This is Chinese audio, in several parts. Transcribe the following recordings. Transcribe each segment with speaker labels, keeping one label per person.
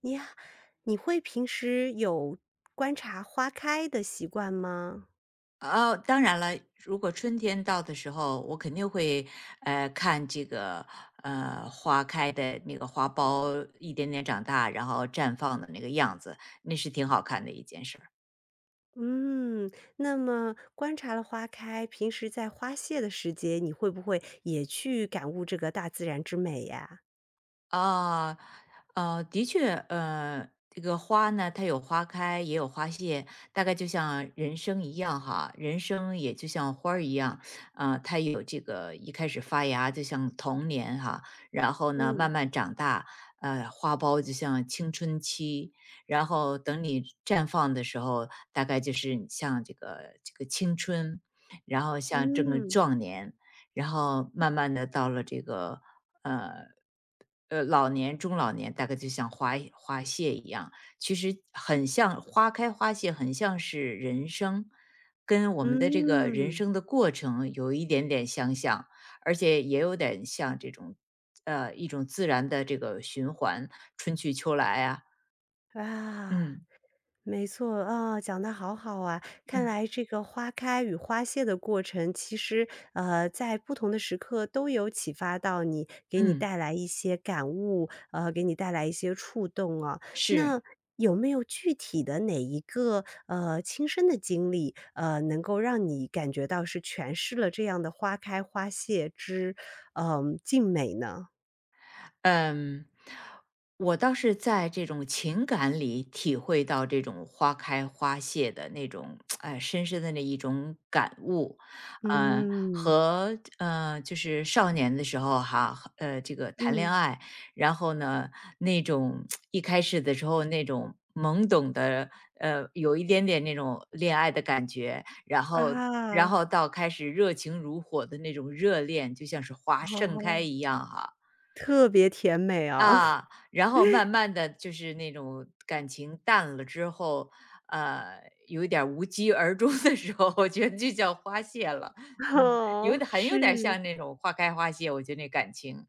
Speaker 1: 你呀你会平时有观察花开的习惯吗？
Speaker 2: 哦，当然了，如果春天到的时候，我肯定会看这个花开的那个花苞一点点长大，然后绽放的那个样子，那是挺好看的一件事儿。
Speaker 1: 嗯，那么观察了花开，平时在花谢的时节，你会不会也去感悟这个大自然之美呀？
Speaker 2: 啊，的确，这个花呢，它有花开，也有花谢，大概就像人生一样哈，人生也就像花儿一样，它有这个一开始发芽，就像童年哈，然后呢，慢
Speaker 1: 嗯，
Speaker 2: 慢长大，花苞就像青春期，然后等你绽放的时候，大概就是像这个青春，然后像这个
Speaker 1: 嗯，
Speaker 2: 壮年，然后慢慢的到了这个呃。老年、中老年大概就像花花谢一样，其实很像花开花谢，很像是人生，跟我们的这个人
Speaker 1: 嗯，
Speaker 2: 生的过程有一点点相像，而且也有点像这种，一种自然的这个循环，春去秋来啊，
Speaker 1: 啊。
Speaker 2: 嗯
Speaker 1: 没错啊，讲得好好啊！看
Speaker 2: 嗯
Speaker 1: 来这个花开与花谢的过程，其实在不同的时刻都有启发到你，给你
Speaker 2: 嗯，
Speaker 1: 带来一些感悟，给你带来一些触动啊。
Speaker 2: 是。
Speaker 1: 那有没有具体的哪一个亲身的经历，能够让你感觉到是诠释了这样的花开花谢之嗯、静美呢？
Speaker 2: 嗯，我倒是在这种情感里体会到这种花开花谢的那种，哎，深深的那一种感悟，呃，
Speaker 1: 嗯
Speaker 2: 和就是少年的时候哈，这个谈恋
Speaker 1: 嗯
Speaker 2: 爱，然后呢，那种一开始的时候那种懵懂的，有一点点那种恋爱的感觉，然后然
Speaker 1: 啊，
Speaker 2: 后到开始热情如火的那种热恋，就像是花盛开
Speaker 1: 哦，
Speaker 2: 一样哈、
Speaker 1: 特别甜美啊！
Speaker 2: 啊，然后慢慢的就是那种感情淡了之后，呃，有一点儿无疾而终的时候，我觉得就叫花谢了。嗯，有
Speaker 1: 哦，
Speaker 2: 点很有点
Speaker 1: 是。
Speaker 2: 像那种花开花谢，我觉得那感情。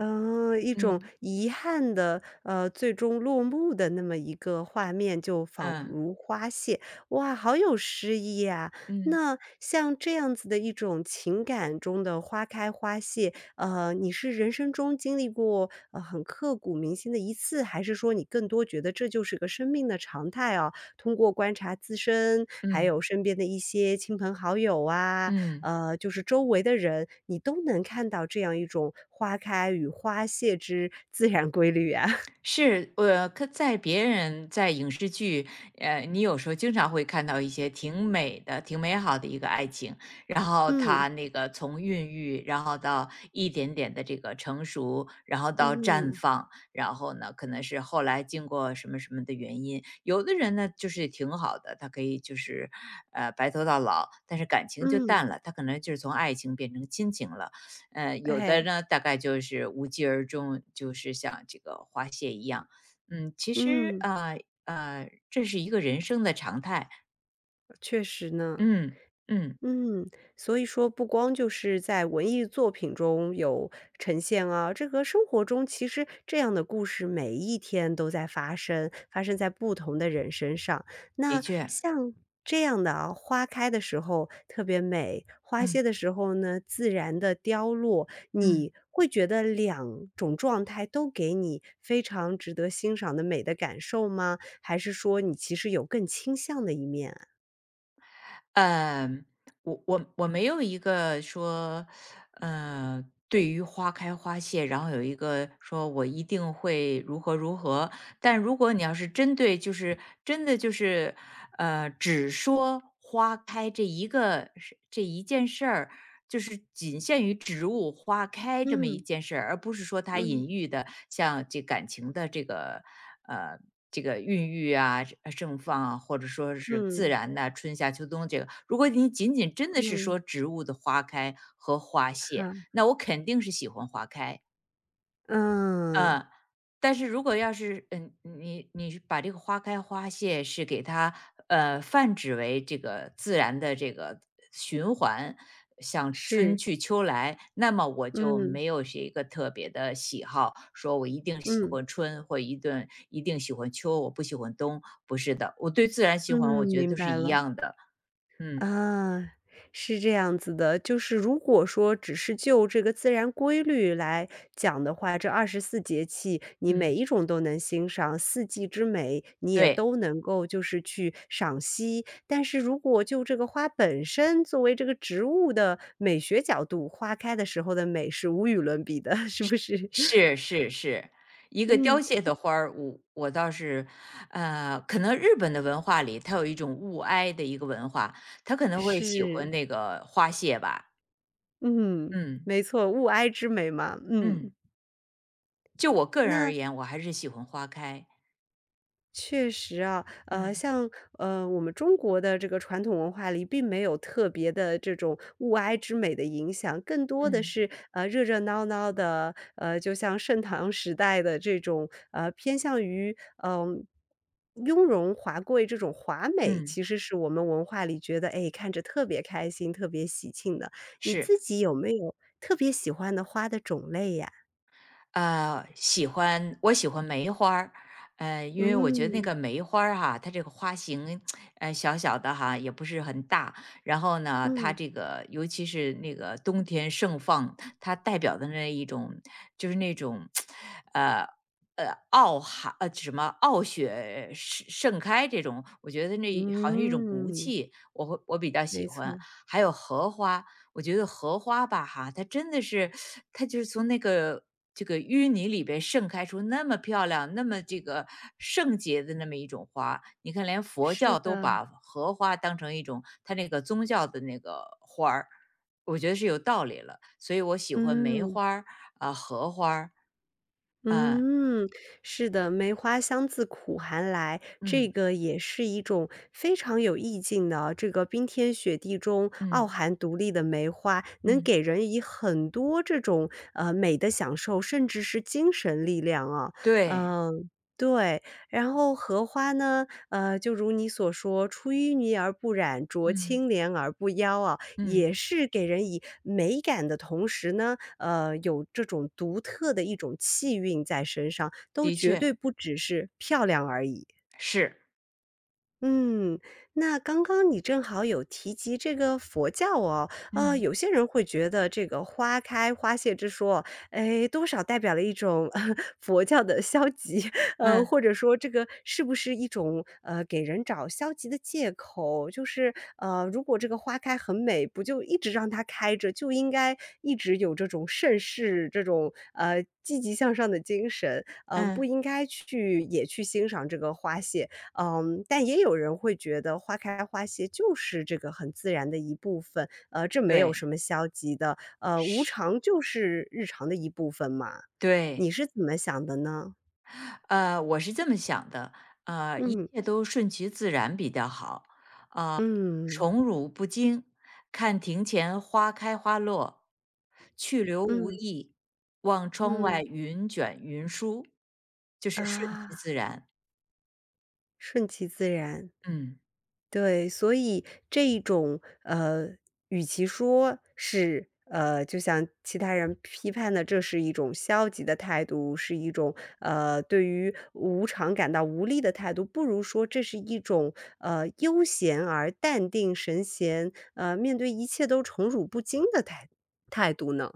Speaker 1: 嗯，一种
Speaker 2: 嗯，
Speaker 1: 遗憾的，最终落幕的那么一个画面，就仿
Speaker 2: 嗯，
Speaker 1: 如花谢。哇，好有诗意啊！
Speaker 2: 嗯，
Speaker 1: 那像这样子的一种情感中的花开花谢，你是人生中经历过，很刻骨铭心的一次，还是说你更多觉得这就是个生命的常态啊？通过观察自身，还
Speaker 2: 嗯，
Speaker 1: 有身边的一些亲朋好友啊，
Speaker 2: 嗯。
Speaker 1: 就是周围的人，你都能看到这样一种花开与花谢之自然规律啊。
Speaker 2: 是，可在别人在影视剧，你有时候经常会看到一些挺美的、挺美好的一个爱情，然后
Speaker 1: 嗯，
Speaker 2: 它那个从孕育，然后到一点点的这个成熟，然后到绽
Speaker 1: 嗯，
Speaker 2: 放，然后呢，可能是后来经过什么什么的原因，有的人呢就是挺好的，他可以就是，白头到老，但是感情就
Speaker 1: 嗯，
Speaker 2: 淡了，他可能就是从爱情变成亲情了。有的
Speaker 1: 哎，
Speaker 2: 呢大概就是无疾而终，就是像这个花谢一样。嗯，其实
Speaker 1: 嗯，
Speaker 2: 啊呃，这是一个人生的常态。
Speaker 1: 确实呢。
Speaker 2: 嗯嗯，
Speaker 1: 嗯，所以说不光就是在文艺作品中有呈现啊，这个生活中其实这样的故事每一天都在发生，发生在不同的人身上。
Speaker 2: 的
Speaker 1: 那
Speaker 2: 确，
Speaker 1: 像这样的啊，花开的时候特别美，花
Speaker 2: 嗯
Speaker 1: 谢的时候呢，自然的凋落，你
Speaker 2: 嗯，
Speaker 1: 会觉得两种状态都给你非常值得欣赏的美的感受吗？还是说你其实有更倾向的一面啊
Speaker 2: 呃，我没有一个说，呃，对于花开花谢，然后有一个说我一定会如何如何。但如果你要是针对，就是真的就是，只说花开这一个是这一件事儿，就是仅限于植物花开这么一
Speaker 1: 嗯
Speaker 2: 件事儿，而不是说它
Speaker 1: 嗯
Speaker 2: 隐喻的像这感情的呃这个孕育啊、盛放啊，或者说是自
Speaker 1: 嗯。
Speaker 2: 然的、春夏秋冬这个。如果你仅仅真的是
Speaker 1: 嗯，
Speaker 2: 说植物的花开和花谢，
Speaker 1: 好，
Speaker 2: 那我肯定是喜欢花开，
Speaker 1: 嗯，
Speaker 2: 嗯，但是如果要是你把这个花开花谢是给它泛指为这个自然的这个循环，像春
Speaker 1: 是，
Speaker 2: 去秋来，那么我就
Speaker 1: 嗯，
Speaker 2: 没有是一个特别的喜好，说我一定喜
Speaker 1: 嗯，
Speaker 2: 欢春或一顿一定喜欢秋，我不喜欢冬，不是的，我对自然循环
Speaker 1: 嗯，
Speaker 2: 我觉得
Speaker 1: 明
Speaker 2: 都是
Speaker 1: 白
Speaker 2: 一
Speaker 1: 了。
Speaker 2: 样的。嗯
Speaker 1: 啊，是这样子的，就是如果说只是就这个自然规律来讲的话，这二十四节气你每
Speaker 2: 嗯，
Speaker 1: 一种都能欣赏，四季之美你也
Speaker 2: 对。
Speaker 1: 都能够就是去赏析。但是如果就这个花本身作为这个植物的美学角度，花开的时候的美是无与伦比的，是不是？
Speaker 2: 是是是，一个
Speaker 1: 嗯，
Speaker 2: 凋谢的花儿，我倒是，可能日本的文化里，它有一种物哀的一个文化，他可能会喜欢
Speaker 1: 是。
Speaker 2: 那个花谢吧。
Speaker 1: 嗯，
Speaker 2: 嗯
Speaker 1: 没错，物哀之美嘛，嗯。
Speaker 2: 嗯，就我个人而
Speaker 1: 那
Speaker 2: 言，我还是喜欢花开。
Speaker 1: 确实啊，
Speaker 2: 嗯
Speaker 1: 像，我们中国的这个传统文化里并没有特别的这种物哀之美的影响，更多的
Speaker 2: 嗯
Speaker 1: 是，热热闹闹的，就像盛唐时代的这种，偏向于，嗯，雍容华贵这种华美，
Speaker 2: 嗯，
Speaker 1: 其实是我们文化里觉得，哎，看着特别开心、特别喜庆的。你
Speaker 2: 是。
Speaker 1: 自己有没有特别喜欢的花的种类呀？
Speaker 2: 我喜欢梅花儿，因为我觉得那
Speaker 1: 嗯。
Speaker 2: 个梅花儿哈，它这个花型，小小的哈，也不是很大。然后呢，它
Speaker 1: 嗯，
Speaker 2: 这个尤其是那个冬天盛放，它代表的那一种，就是那种，呃呃，傲寒什么傲雪盛开这种，我觉得那好像一种骨
Speaker 1: 嗯，
Speaker 2: 气，我比较喜
Speaker 1: 没
Speaker 2: 欢。
Speaker 1: 错，
Speaker 2: 还有荷花，我觉得荷花吧哈，它真的是，它就是从这个淤泥里边盛开出那么漂亮、那么这个圣洁的那么一种花。你看，连佛
Speaker 1: 是
Speaker 2: 教都
Speaker 1: 的，
Speaker 2: 把荷花当成一种它那个宗教的那个花儿，我觉得是有道理了。所以我喜欢梅
Speaker 1: 嗯。
Speaker 2: 花儿啊、荷花儿啊，
Speaker 1: 嗯，是的，“梅花香自苦寒来”，这
Speaker 2: 嗯
Speaker 1: 个也是一种非常有意境的啊这个冰天雪地中傲
Speaker 2: 嗯
Speaker 1: 寒独立的梅花，能
Speaker 2: 嗯，
Speaker 1: 给人以很多这种，美的享受，甚至是精神力量啊。
Speaker 2: 对，
Speaker 1: 嗯，对。然后荷花呢，就如你所说，“出淤泥而不染，濯
Speaker 2: 嗯
Speaker 1: 清涟而不妖”啊，
Speaker 2: 嗯，
Speaker 1: 也是给人以美感的同时呢，有这种独特的一种气韵在身上，都
Speaker 2: 的
Speaker 1: 绝
Speaker 2: 确
Speaker 1: 对不只是漂亮而已。
Speaker 2: 是，
Speaker 1: 嗯，那刚刚你正好有提及这个佛教哦，
Speaker 2: 嗯
Speaker 1: 有些人会觉得这个花开花谢之说，哎，多少代表了一种 佛教的消极，
Speaker 2: 嗯
Speaker 1: 或者说这个是不是一种给人找消极的借口？就是如果这个花开很美，不就一直让它开着，就应该一直有这种盛世这种积极向上的精神，不
Speaker 2: 嗯，
Speaker 1: 应该去也去欣赏这个花谢。嗯，但也有人会觉得花开花谢就是这个很自然的一部分，这没有
Speaker 2: 对，
Speaker 1: 什么消极的，无
Speaker 2: 是，
Speaker 1: 常就是日常的一部分嘛。你
Speaker 2: 对，
Speaker 1: 是怎么想的呢？
Speaker 2: 我是这么想的，一
Speaker 1: 嗯，
Speaker 2: 切都顺其自然比较好。
Speaker 1: 嗯，
Speaker 2: 宠辱不惊，看庭前花开花落；去留无
Speaker 1: 嗯，
Speaker 2: 意，望窗
Speaker 1: 嗯，
Speaker 2: 外云卷云舒。就是顺其
Speaker 1: 啊，
Speaker 2: 自然，
Speaker 1: 顺其自然。
Speaker 2: 嗯。
Speaker 1: 对，所以这一种与其说是就像其他人批判的，这是一种消极的态度，是一种对于无常感到无力的态度，不如说这是一种悠闲而淡定神闲，面对一切都宠辱不惊的态态度呢？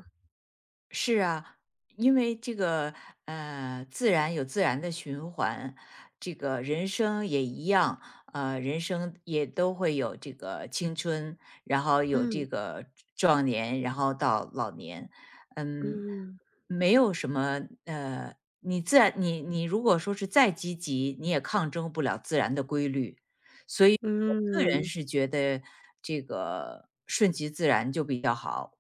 Speaker 2: 是啊，因为这个自然有自然的循环，这个人生也一样，人生也都会有这个青春，然后有
Speaker 1: 嗯
Speaker 2: 这个壮年，然后到老年，嗯，
Speaker 1: 嗯
Speaker 2: 没有什么你自然你你如果说是再积极，你也抗争不了自然的规律，所以我个人
Speaker 1: 嗯。
Speaker 2: 是觉得这个顺其自然就比较好。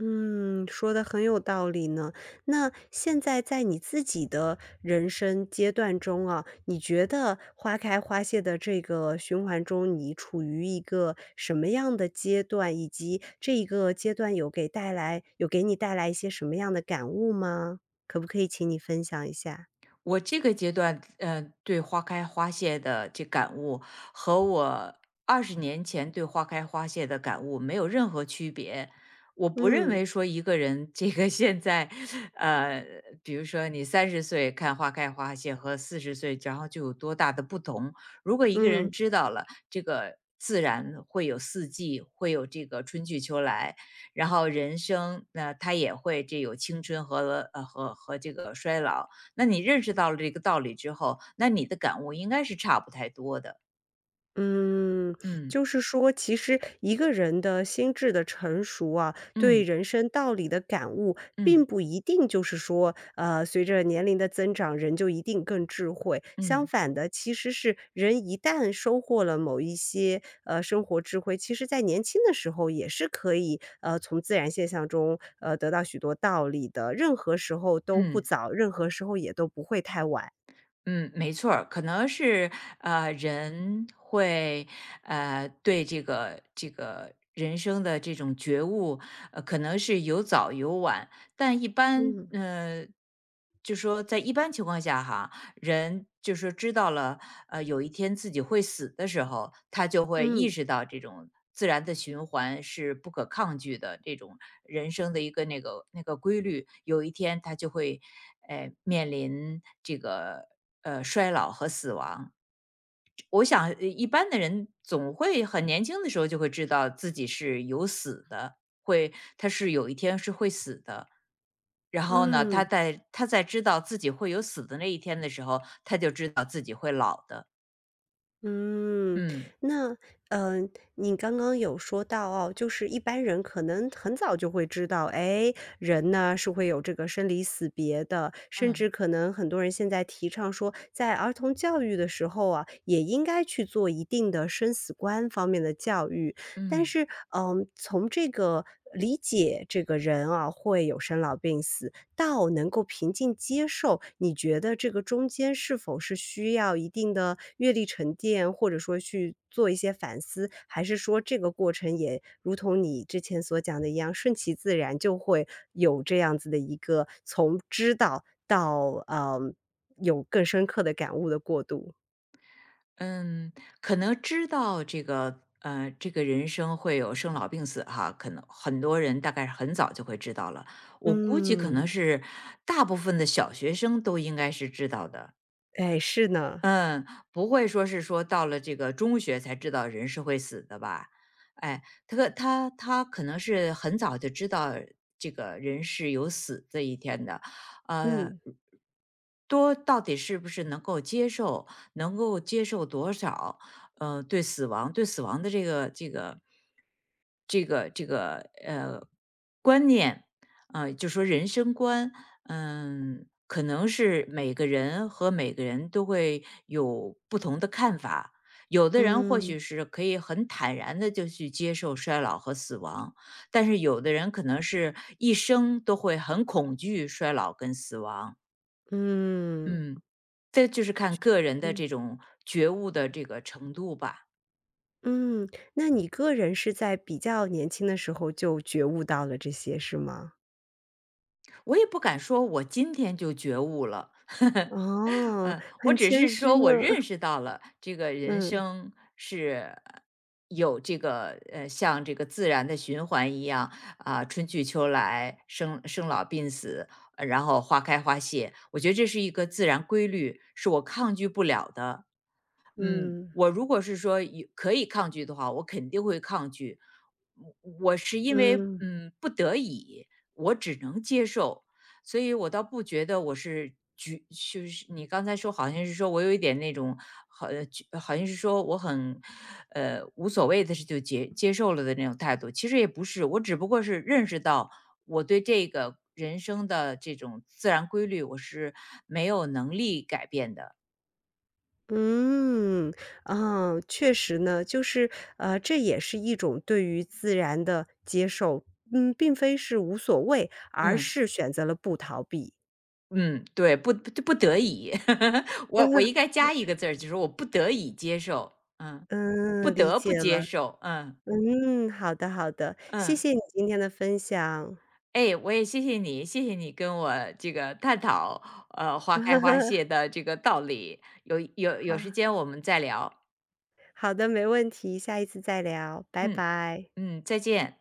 Speaker 1: 嗯，说的很有道理呢。那现在在你自己的人生阶段中啊，你觉得花开花谢的这个循环中，你处于一个什么样的阶段，以及这一个阶段有给带来有给你带来一些什么样的感悟吗？可不可以请你分享一下？
Speaker 2: 我这个阶段，对花开花谢的这感悟，和我20年前对花开花谢的感悟没有任何区别。我不认
Speaker 1: 嗯，
Speaker 2: 为说一个人这个现在，呃，比如说你30岁看花开花谢和40岁，然后就有多大的不同。如果一个人
Speaker 1: 嗯。
Speaker 2: 知道了这个自然会有四季，会有这个春去秋来，然后人生，那、他也会这有青春和这个衰老。那你认识到了这个道理之后，那你的感悟应该是差不太多的。
Speaker 1: 嗯，
Speaker 2: 嗯
Speaker 1: 就是说，其实一个人的心智的成熟啊，对
Speaker 2: 嗯
Speaker 1: 人生道理的感悟，
Speaker 2: 嗯
Speaker 1: 并不一定就是说，随着年龄的增长，人就一定更智慧。相
Speaker 2: 嗯
Speaker 1: 反的，其实是人一旦收获了某一些生活智慧，其实在年轻的时候也是可以从自然现象中得到许多道理的。任何时候都不
Speaker 2: 嗯
Speaker 1: 早，任何时候也都不会太晚。
Speaker 2: 嗯，没错儿，可能是人会对这个人生的这种觉悟，可能是有早有晚，但一般
Speaker 1: 嗯
Speaker 2: 就说在一般情况下哈，人就说知道了有一天自己会死的时候，他就会意
Speaker 1: 嗯
Speaker 2: 识到这种自然的循环是不可抗拒的，这种人生的一个那个规律，有一天他就会，面临这个衰老和死亡。我想，一般的人总会很年轻的时候就会知道自己是有死的，会他是有一天是会死的。然后呢，他
Speaker 1: 嗯。
Speaker 2: 在他在知道自己会有死的那一天的时候，他就知道自己会老的。
Speaker 1: 嗯，
Speaker 2: 嗯。
Speaker 1: 那，嗯，你刚刚有说到哦，就是一般人可能很早就会知道，哎，人呢是会有这个生离死别的，甚至
Speaker 2: 嗯
Speaker 1: 可能很多人现在提倡说，在儿童教育的时候啊，也应该去做一定的生死观方面的教育。但
Speaker 2: 嗯
Speaker 1: 是，嗯、从这个理解这个人啊，会有生老病死，到能够平静接受，你觉得这个中间是否是需要一定的阅历沉淀，或者说去做一些反思？还是说这个过程也如同你之前所讲的一样，顺其自然就会有这样子的一个从知道到，有更深刻的感悟的过渡？
Speaker 2: 嗯，可能知道这个这个人生会有生老病死哈，可能很多人大概是很早就会知道了。我估计可能
Speaker 1: 嗯，
Speaker 2: 是大部分的小学生都应该是知道的，
Speaker 1: 哎，是呢，
Speaker 2: 嗯，不会说是说到了这个中学才知道人是会死的吧？哎，他可能是很早就知道这个人是有死这一天的，呃，
Speaker 1: 嗯，
Speaker 2: 多到底是不是能够接受，能够接受多少？对死亡，对死亡的这个呃观念，就说人生观，嗯，可能是每个人和每个人都会有不同的看法。有的人或
Speaker 1: 嗯，
Speaker 2: 许是可以很坦然的就去接受衰老和死亡，但是有的人可能是一生都会很恐惧衰老跟死亡。
Speaker 1: 嗯，
Speaker 2: 嗯，这就是看个人的
Speaker 1: 嗯。
Speaker 2: 这种觉悟的这个程度吧。
Speaker 1: 嗯，那你个人是在比较年轻的时候就觉悟到了这些，是吗？
Speaker 2: 我也不敢说我今天就觉悟了，
Speaker 1: 哦，
Speaker 2: 嗯，我
Speaker 1: 很
Speaker 2: 只
Speaker 1: 谦
Speaker 2: 是
Speaker 1: 虚
Speaker 2: 说我认
Speaker 1: 呢。
Speaker 2: 识到了这个人
Speaker 1: 嗯，
Speaker 2: 生是有这个像这个自然的循环一样啊，春去秋来，生老病死，然后花开花谢。我觉得这是一个自然规律，是我抗拒不了的。嗯，
Speaker 1: 嗯，
Speaker 2: 我如果是说有可以抗拒的话，我肯定会抗拒。我我是因为
Speaker 1: 嗯，
Speaker 2: 不得已，我只能接受，所以我倒不觉得我是局，就是你刚才说好像是说我有一点那种好，局好像是说我很无所谓的事就接受了的那种态度，其实也不是，我只不过是认识到我对这个人生的这种自然规律我是没有能力改变的，
Speaker 1: 嗯，啊，确实呢，就是，这也是一种对于自然的接受，嗯，并非是无所谓，而
Speaker 2: 嗯。
Speaker 1: 是选择了不逃避。
Speaker 2: 嗯，对，不得已，我应 该加一个字儿，就是我不得已接受，嗯，不
Speaker 1: 嗯，理
Speaker 2: 得不
Speaker 1: 解
Speaker 2: 接
Speaker 1: 了。
Speaker 2: 受，嗯
Speaker 1: 嗯，好的，好的，谢
Speaker 2: 嗯。
Speaker 1: 谢你今天的分享。
Speaker 2: 哎，我也谢谢你，谢谢你跟我这个探讨，花开花 谢的这个道理，有有
Speaker 1: 好。
Speaker 2: 有时间我们再聊，
Speaker 1: 好的，没问题，下一次再聊，拜
Speaker 2: 嗯
Speaker 1: 拜。
Speaker 2: 嗯，再见。